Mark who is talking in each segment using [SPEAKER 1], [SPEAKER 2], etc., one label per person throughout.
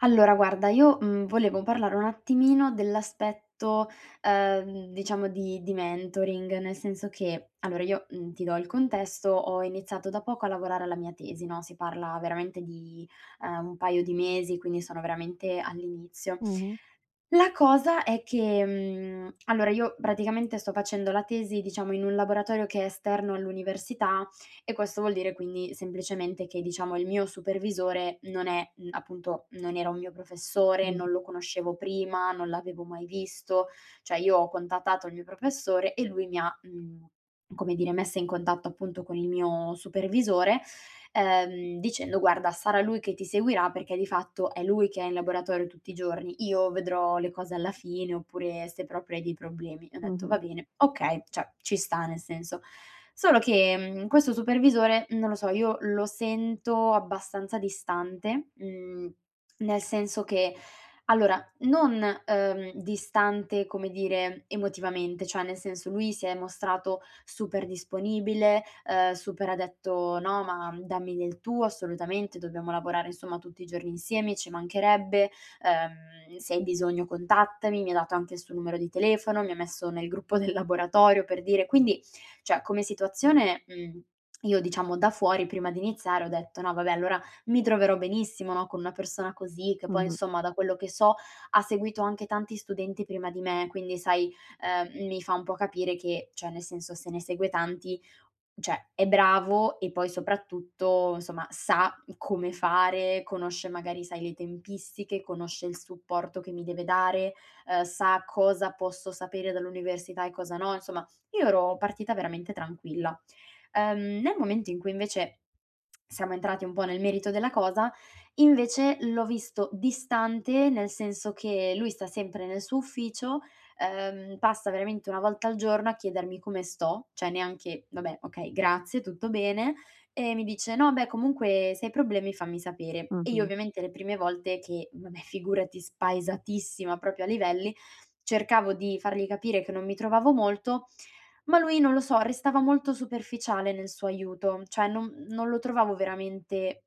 [SPEAKER 1] Allora guarda, io, volevo parlare un attimino dell'aspetto, diciamo di mentoring, nel senso che allora io, ti do il contesto, ho iniziato da poco a lavorare alla mia tesi, no, si parla veramente di, un paio di mesi, quindi sono veramente all'inizio.
[SPEAKER 2] Mh-mh,
[SPEAKER 1] La cosa è che, allora io praticamente sto facendo la tesi, diciamo, in un laboratorio che è esterno all'università e questo vuol dire quindi semplicemente che, diciamo, il mio supervisore non è appunto non era un mio professore, non
[SPEAKER 2] mh,
[SPEAKER 1] lo conoscevo prima, non l'avevo mai visto, cioè io ho contattato il mio professore e lui mi ha, come dire, messa in contatto appunto con il mio supervisore dicendo: "Guarda, sarà lui che ti seguirà perché di fatto è lui che è in laboratorio tutti i giorni, io vedrò le cose alla fine oppure se proprio hai dei problemi". E ho detto:
[SPEAKER 2] mh-mh,
[SPEAKER 1] "Va bene, okay", cioè ci sta nel senso. Solo che, questo supervisore, non lo so, io lo sento abbastanza distante, nel senso che allora, non, distante come dire emotivamente, cioè nel senso lui si è mostrato super disponibile, super ha detto: "No, ma dammi del tuo assolutamente, dobbiamo lavorare insomma tutti i giorni insieme, ci mancherebbe, se hai bisogno contattami". Mi ha dato anche il suo numero di telefono, mi ha messo nel gruppo del laboratorio per dire quindi, cioè come situazione, io diciamo da fuori prima di iniziare ho detto: "No vabbè, allora mi troverò benissimo, no, con una persona così", che poi
[SPEAKER 2] mh-mh,
[SPEAKER 1] insomma da quello che so ha seguito anche tanti studenti prima di me, quindi sai mi fa un po' capire che, cioè nel senso se ne segue tanti, cioè è bravo e poi soprattutto insomma sa come fare, conosce magari sai le tempistiche, conosce il supporto che mi deve dare, sa cosa posso sapere dall'università e cosa no, insomma io ero partita veramente tranquilla. Nel momento in cui invece siamo entrati un po' nel merito della cosa, invece l'ho visto distante, nel senso che lui sta sempre nel suo ufficio, passa veramente una volta al giorno a chiedermi come sto, cioè neanche vabbè, okay, grazie, tutto bene, e mi dice: "No, beh, comunque se hai problemi fammi sapere". E io
[SPEAKER 2] mh-mh,
[SPEAKER 1] ovviamente le prime volte che, vabbè, figurati, spaesatissima proprio a livelli, cercavo di fargli capire che non mi trovavo molto, ma lui non lo so, restava molto superficiale nel suo aiuto, cioè non lo trovavo veramente,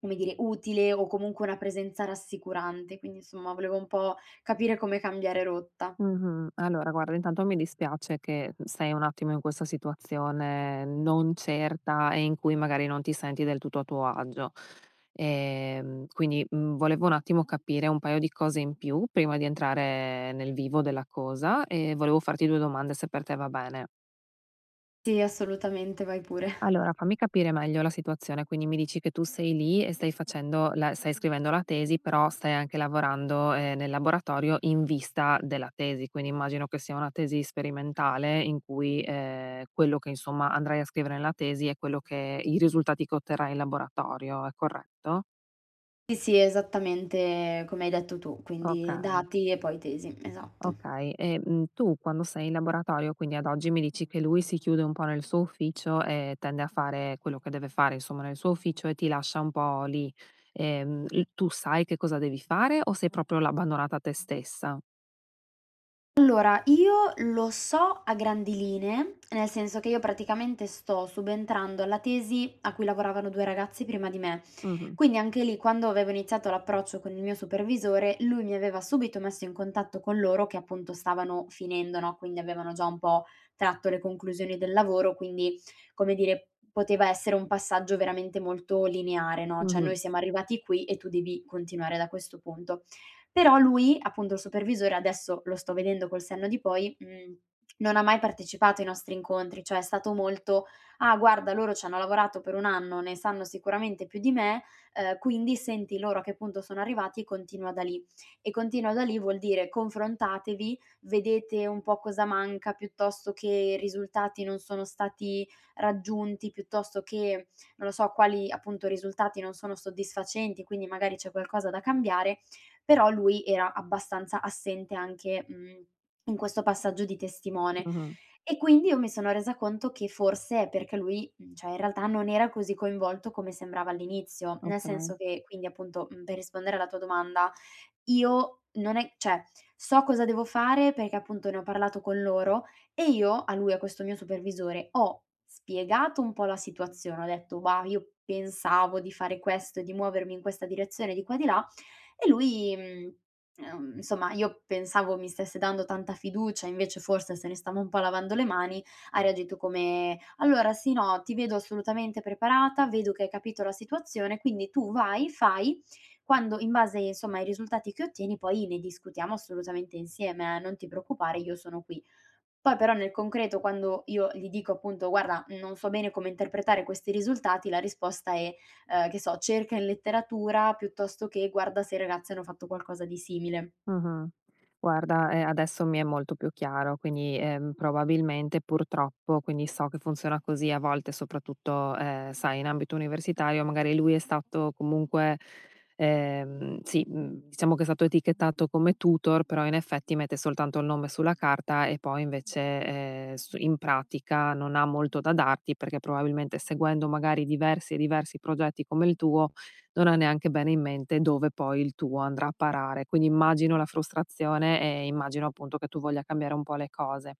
[SPEAKER 1] come dire, utile o comunque una presenza rassicurante, quindi insomma volevo un po' capire come cambiare rotta.
[SPEAKER 2] mh-mh. Allora guarda, intanto mi dispiace che sei un attimo in questa situazione non certa e in cui magari non ti senti del tutto a tuo agio. Quindi, volevo un attimo capire un paio di cose in più prima di entrare nel vivo della cosa e volevo farti 2 domande se per te va bene.
[SPEAKER 1] Sì, assolutamente, vai pure.
[SPEAKER 2] Allora, fammi capire meglio la situazione. Quindi mi dici che tu sei lì e stai facendo la stai scrivendo la tesi, però stai anche lavorando, nel laboratorio in vista della tesi, quindi immagino che sia una tesi sperimentale in cui, quello che insomma andrai a scrivere nella tesi è quello che i risultati che otterrai in laboratorio, è corretto?
[SPEAKER 1] Sì, sì, esattamente come hai detto tu, quindi
[SPEAKER 2] Okay.
[SPEAKER 1] dati e poi tesi, esatto.
[SPEAKER 2] Okay, e, tu quando sei in laboratorio, quindi ad oggi mi dici che lui si chiude un po' nel suo ufficio e tende a fare quello che deve fare, insomma, nel suo ufficio e ti lascia un po' lì. L tu sai che cosa devi fare o sei proprio l abbandonata a te stessa?
[SPEAKER 1] Allora, io lo so a grandi linee, nel senso che io praticamente sto subentrando alla tesi a cui lavoravano 2 ragazzi prima di me.
[SPEAKER 2] Mh-mh,
[SPEAKER 1] Quindi anche lì, quando avevo iniziato l'approccio con il mio supervisore, lui mi aveva subito messo in contatto con loro che appunto stavano finendo, no, quindi avevano già un po' tratto le conclusioni del lavoro, quindi, come dire, poteva essere un passaggio veramente molto lineare, no, cioè
[SPEAKER 2] mh-mh,
[SPEAKER 1] noi siamo arrivati qui e tu devi continuare da questo punto. Però lui, appunto il supervisore, adesso lo sto vedendo col senno di poi, non ha mai partecipato ai nostri incontri, cioè è stato molto: "Ah guarda loro ci hanno lavorato per 1 anno, ne sanno sicuramente più di me, quindi senti loro a che punto sono arrivati e continua da lì". E continua da lì vuol dire confrontatevi, vedete un po' cosa manca, piuttosto che i risultati non sono stati raggiunti, piuttosto che, non lo so, quali appunto risultati non sono soddisfacenti, quindi magari c'è qualcosa da cambiare però lui era abbastanza assente anche, in questo passaggio di testimone.
[SPEAKER 2] mh-mh,
[SPEAKER 1] E quindi io mi sono resa conto che forse è perché lui, cioè in realtà non era così coinvolto come sembrava all'inizio. Nel
[SPEAKER 2] okay.
[SPEAKER 1] senso che quindi appunto, per rispondere alla tua domanda, io non è cioè so cosa devo fare perché appunto ne ho parlato con loro e io a lui, a questo mio supervisore, ho spiegato un po' la situazione. Ho detto: "Bah, io pensavo di fare questo e di muovermi in questa direzione, di qua e di là, e lui, insomma io pensavo mi stesse dando tanta fiducia, invece forse se ne stava un po' lavando le mani, ha reagito come: "Allora sì, no, ti vedo assolutamente preparata, vedo che hai capito la situazione, quindi tu vai, fai, quando in base, insomma, ai risultati che ottieni poi ne discutiamo assolutamente insieme, non ti preoccupare, io sono qui". Poi però nel concreto quando io gli dico appunto: "Guarda, non so bene come interpretare questi risultati", la risposta è, che so: "Cerca in letteratura", piuttosto che: "Guarda se i ragazzi hanno fatto qualcosa di simile".
[SPEAKER 2] Mh-mh. Guarda, adesso mi è molto più chiaro, quindi, probabilmente purtroppo, quindi so che funziona così a volte, soprattutto, sai, in ambito universitario, magari lui è stato comunque sì, diciamo che è stato etichettato come tutor, però in effetti mette soltanto il nome sulla carta e poi invece, su in pratica non ha molto da darti, perché probabilmente seguendo magari diversi e diversi progetti come il tuo non ha neanche bene in mente dove poi il tuo andrà a parare. Quindi immagino la frustrazione e immagino appunto che tu voglia cambiare un po' le cose.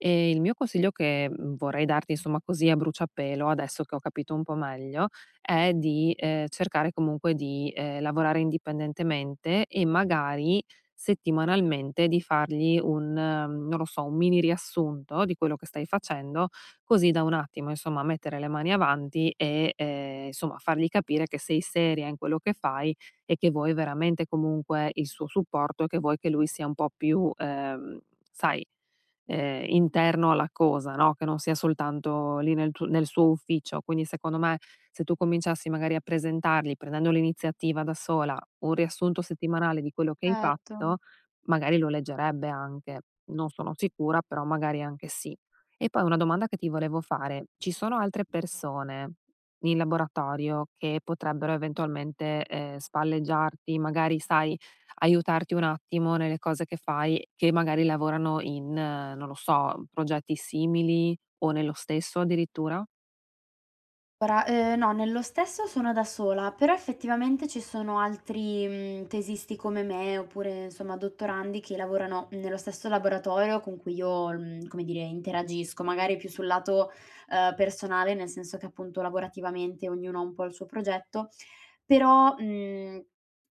[SPEAKER 2] E il mio consiglio che vorrei darti, insomma, così a bruciapelo, adesso che ho capito un po' meglio, è di cercare comunque di lavorare indipendentemente e magari settimanalmente di fargli un, non lo so, un mini riassunto di quello che stai facendo così da un attimo, insomma, mettere le mani avanti e, insomma, fargli capire che sei seria in quello che fai e che vuoi veramente comunque il suo supporto e che vuoi che lui sia un po' più, sai, interno alla cosa, no, che non sia soltanto lì nel suo ufficio. Quindi secondo me, se tu cominciassi magari a presentargli, prendendo l'iniziativa da sola, un riassunto settimanale di quello che hai
[SPEAKER 1] Certo.
[SPEAKER 2] fatto, magari lo leggerebbe anche. Non sono sicura, però magari anche sì. E poi una domanda che ti volevo fare: ci sono altre persone in laboratorio che potrebbero eventualmente, spalleggiarti, magari sai, aiutarti un attimo nelle cose che fai, che magari lavorano in, non lo so, progetti simili o nello stesso addirittura?
[SPEAKER 1] Ora, no, nello stesso sono da sola, però effettivamente ci sono altri, tesisti come me, oppure insomma dottorandi che lavorano nello stesso laboratorio con cui io, come dire, interagisco, magari più sul lato, personale, nel senso che appunto lavorativamente ognuno ha un po' il suo progetto. Però,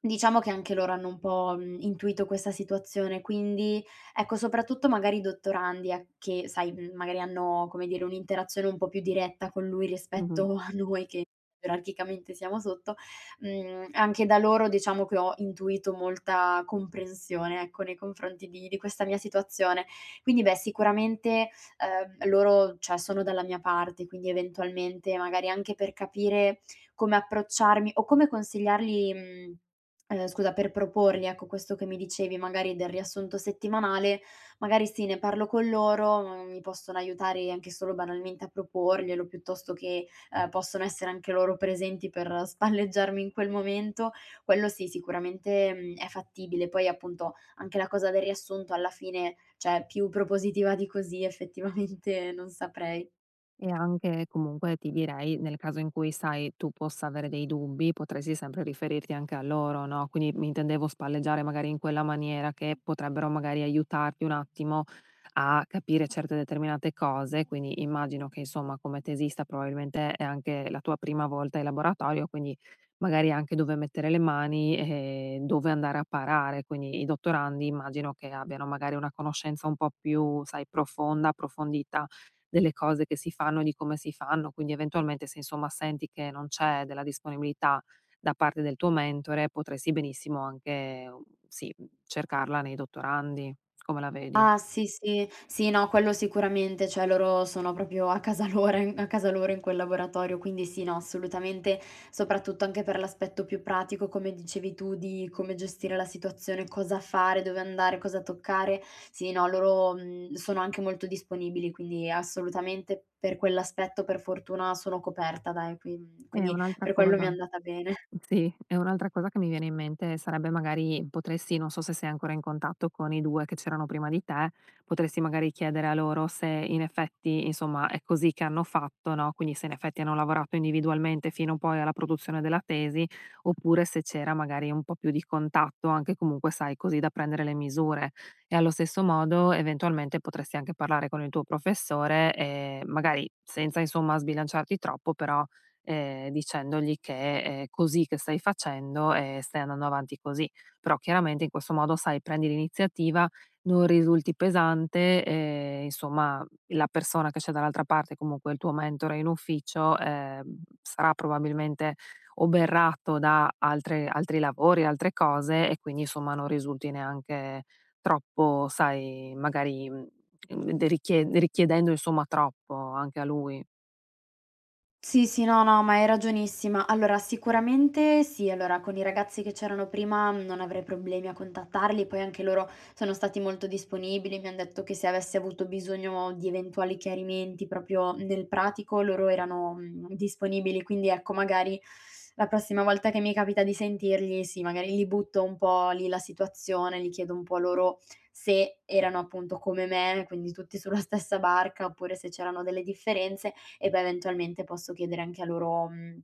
[SPEAKER 1] diciamo che anche loro hanno un po', intuito questa situazione, quindi ecco, soprattutto magari i dottorandi a che sai, magari hanno, come dire, un'interazione un po' più diretta con lui
[SPEAKER 2] Mh-mh.
[SPEAKER 1] rispetto a noi che gerarchicamente siamo sotto, anche da loro diciamo che ho intuito molta comprensione, ecco, nei confronti di questa mia situazione. Quindi beh, sicuramente, loro, cioè, sono dalla mia parte, quindi eventualmente magari anche per capire come approcciarmi o come consigliargli scusa, per proporgli, ecco, questo che mi dicevi magari del riassunto settimanale, magari sì, ne parlo con loro, mi possono aiutare anche solo banalmente a proporglielo, piuttosto che, possono essere anche loro presenti per spalleggiarmi in quel momento. Quello sì, sicuramente, è fattibile. Poi appunto anche la cosa del riassunto alla fine, cioè più propositiva di così effettivamente non saprei.
[SPEAKER 2] E anche comunque ti direi, nel caso in cui sai, tu possa avere dei dubbi, potresti sempre riferirti anche a loro, no, quindi mi intendevo spalleggiare magari in quella maniera che potrebbero magari aiutarti un attimo a capire certe determinate cose, quindi immagino che insomma come tesista probabilmente è anche la tua prima volta in laboratorio, quindi magari anche dove mettere le mani e dove andare a parare, quindi i dottorandi immagino che abbiano magari una conoscenza un po' più, sai, profonda, approfondita delle cose che si fanno e di come si fanno, quindi eventualmente se insomma senti che non c'è della disponibilità da parte del tuo mentore, potresti benissimo anche, sì, cercarla nei dottorandi. Come la vedi?
[SPEAKER 1] Ah sì, sì. Sì, no, quello sicuramente, cioè loro sono proprio a casa loro in quel laboratorio, quindi sì, no, assolutamente, soprattutto anche per l'aspetto più pratico, come dicevi tu, di come gestire la situazione, cosa fare, dove andare, cosa toccare. Sì, no, loro, sono anche molto disponibili, quindi assolutamente per quell'aspetto per fortuna sono coperta dai, qui
[SPEAKER 2] È
[SPEAKER 1] quindi
[SPEAKER 2] un'altra
[SPEAKER 1] per quello mi è
[SPEAKER 2] cosa.
[SPEAKER 1] andata bene.
[SPEAKER 2] Sì, e un'altra cosa che mi viene in mente sarebbe magari potresti non so se sei ancora in contatto con i 2 che c'erano prima di te, potresti magari chiedere a loro se in effetti, insomma, è così che hanno fatto, no, quindi se in effetti hanno lavorato individualmente fino poi alla produzione della tesi, oppure se c'era magari un po' più di contatto, anche comunque, sai, così da prendere le misure. E allo stesso modo, eventualmente, potresti anche parlare con il tuo professore e magari senza, insomma, sbilanciarti troppo, però dicendogli che è così che stai facendo e stai andando avanti così. Però chiaramente in questo modo, sai, prendi l'iniziativa, non risulti pesante e insomma la persona che c'è dall'altra parte, comunque il tuo mentore in ufficio, sarà probabilmente oberrato da altre altri lavori, altre cose e quindi insomma non risulti neanche troppo, sai, magari, de richie richiedendo insomma troppo anche a lui.
[SPEAKER 1] Sì, sì, no, no, ma hai ragionissima. Allora, sicuramente sì, allora con i ragazzi che c'erano prima non avrei problemi a contattarli, poi anche loro sono stati molto disponibili, mi hanno detto che se avessi avuto bisogno di eventuali chiarimenti proprio nel pratico, loro erano disponibili, quindi ecco, magari la prossima volta che mi capita di sentirli, sì, magari li butto un po' lì la situazione, li chiedo un po' loro se erano appunto come me, quindi tutti sulla stessa barca, oppure se c'erano delle differenze e poi eventualmente posso chiedere anche a loro,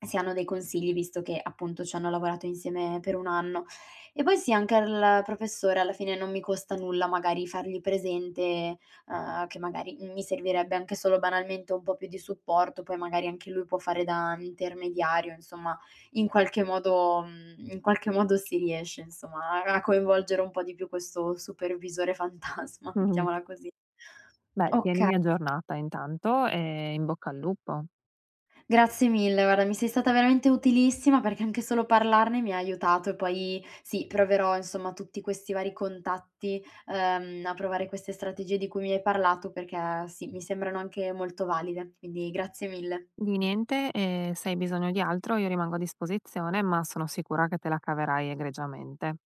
[SPEAKER 1] se hanno dei consigli, visto che appunto ci hanno lavorato insieme per 1 anno. E poi sì, anche al professore alla fine non mi costa nulla magari fargli presente, che magari mi servirebbe anche solo banalmente un po' più di supporto, poi magari anche lui può fare da intermediario, insomma in qualche modo in qualche modo si riesce insomma a a coinvolgere un po' di più questo supervisore fantasma,
[SPEAKER 2] Mh-mh.
[SPEAKER 1] mettiamola così.
[SPEAKER 2] Beh,
[SPEAKER 1] Oka
[SPEAKER 2] tienimi aggiornata intanto e in bocca al lupo.
[SPEAKER 1] Grazie mille, guarda, mi sei stata veramente utilissima perché anche solo parlarne mi ha aiutato e poi sì, proverò insomma tutti questi vari contatti, a provare queste strategie di cui mi hai parlato perché sì, mi sembrano anche molto valide, quindi grazie mille.
[SPEAKER 2] Di niente, e se hai bisogno di altro io rimango a disposizione, ma sono sicura che te la caverai egregiamente.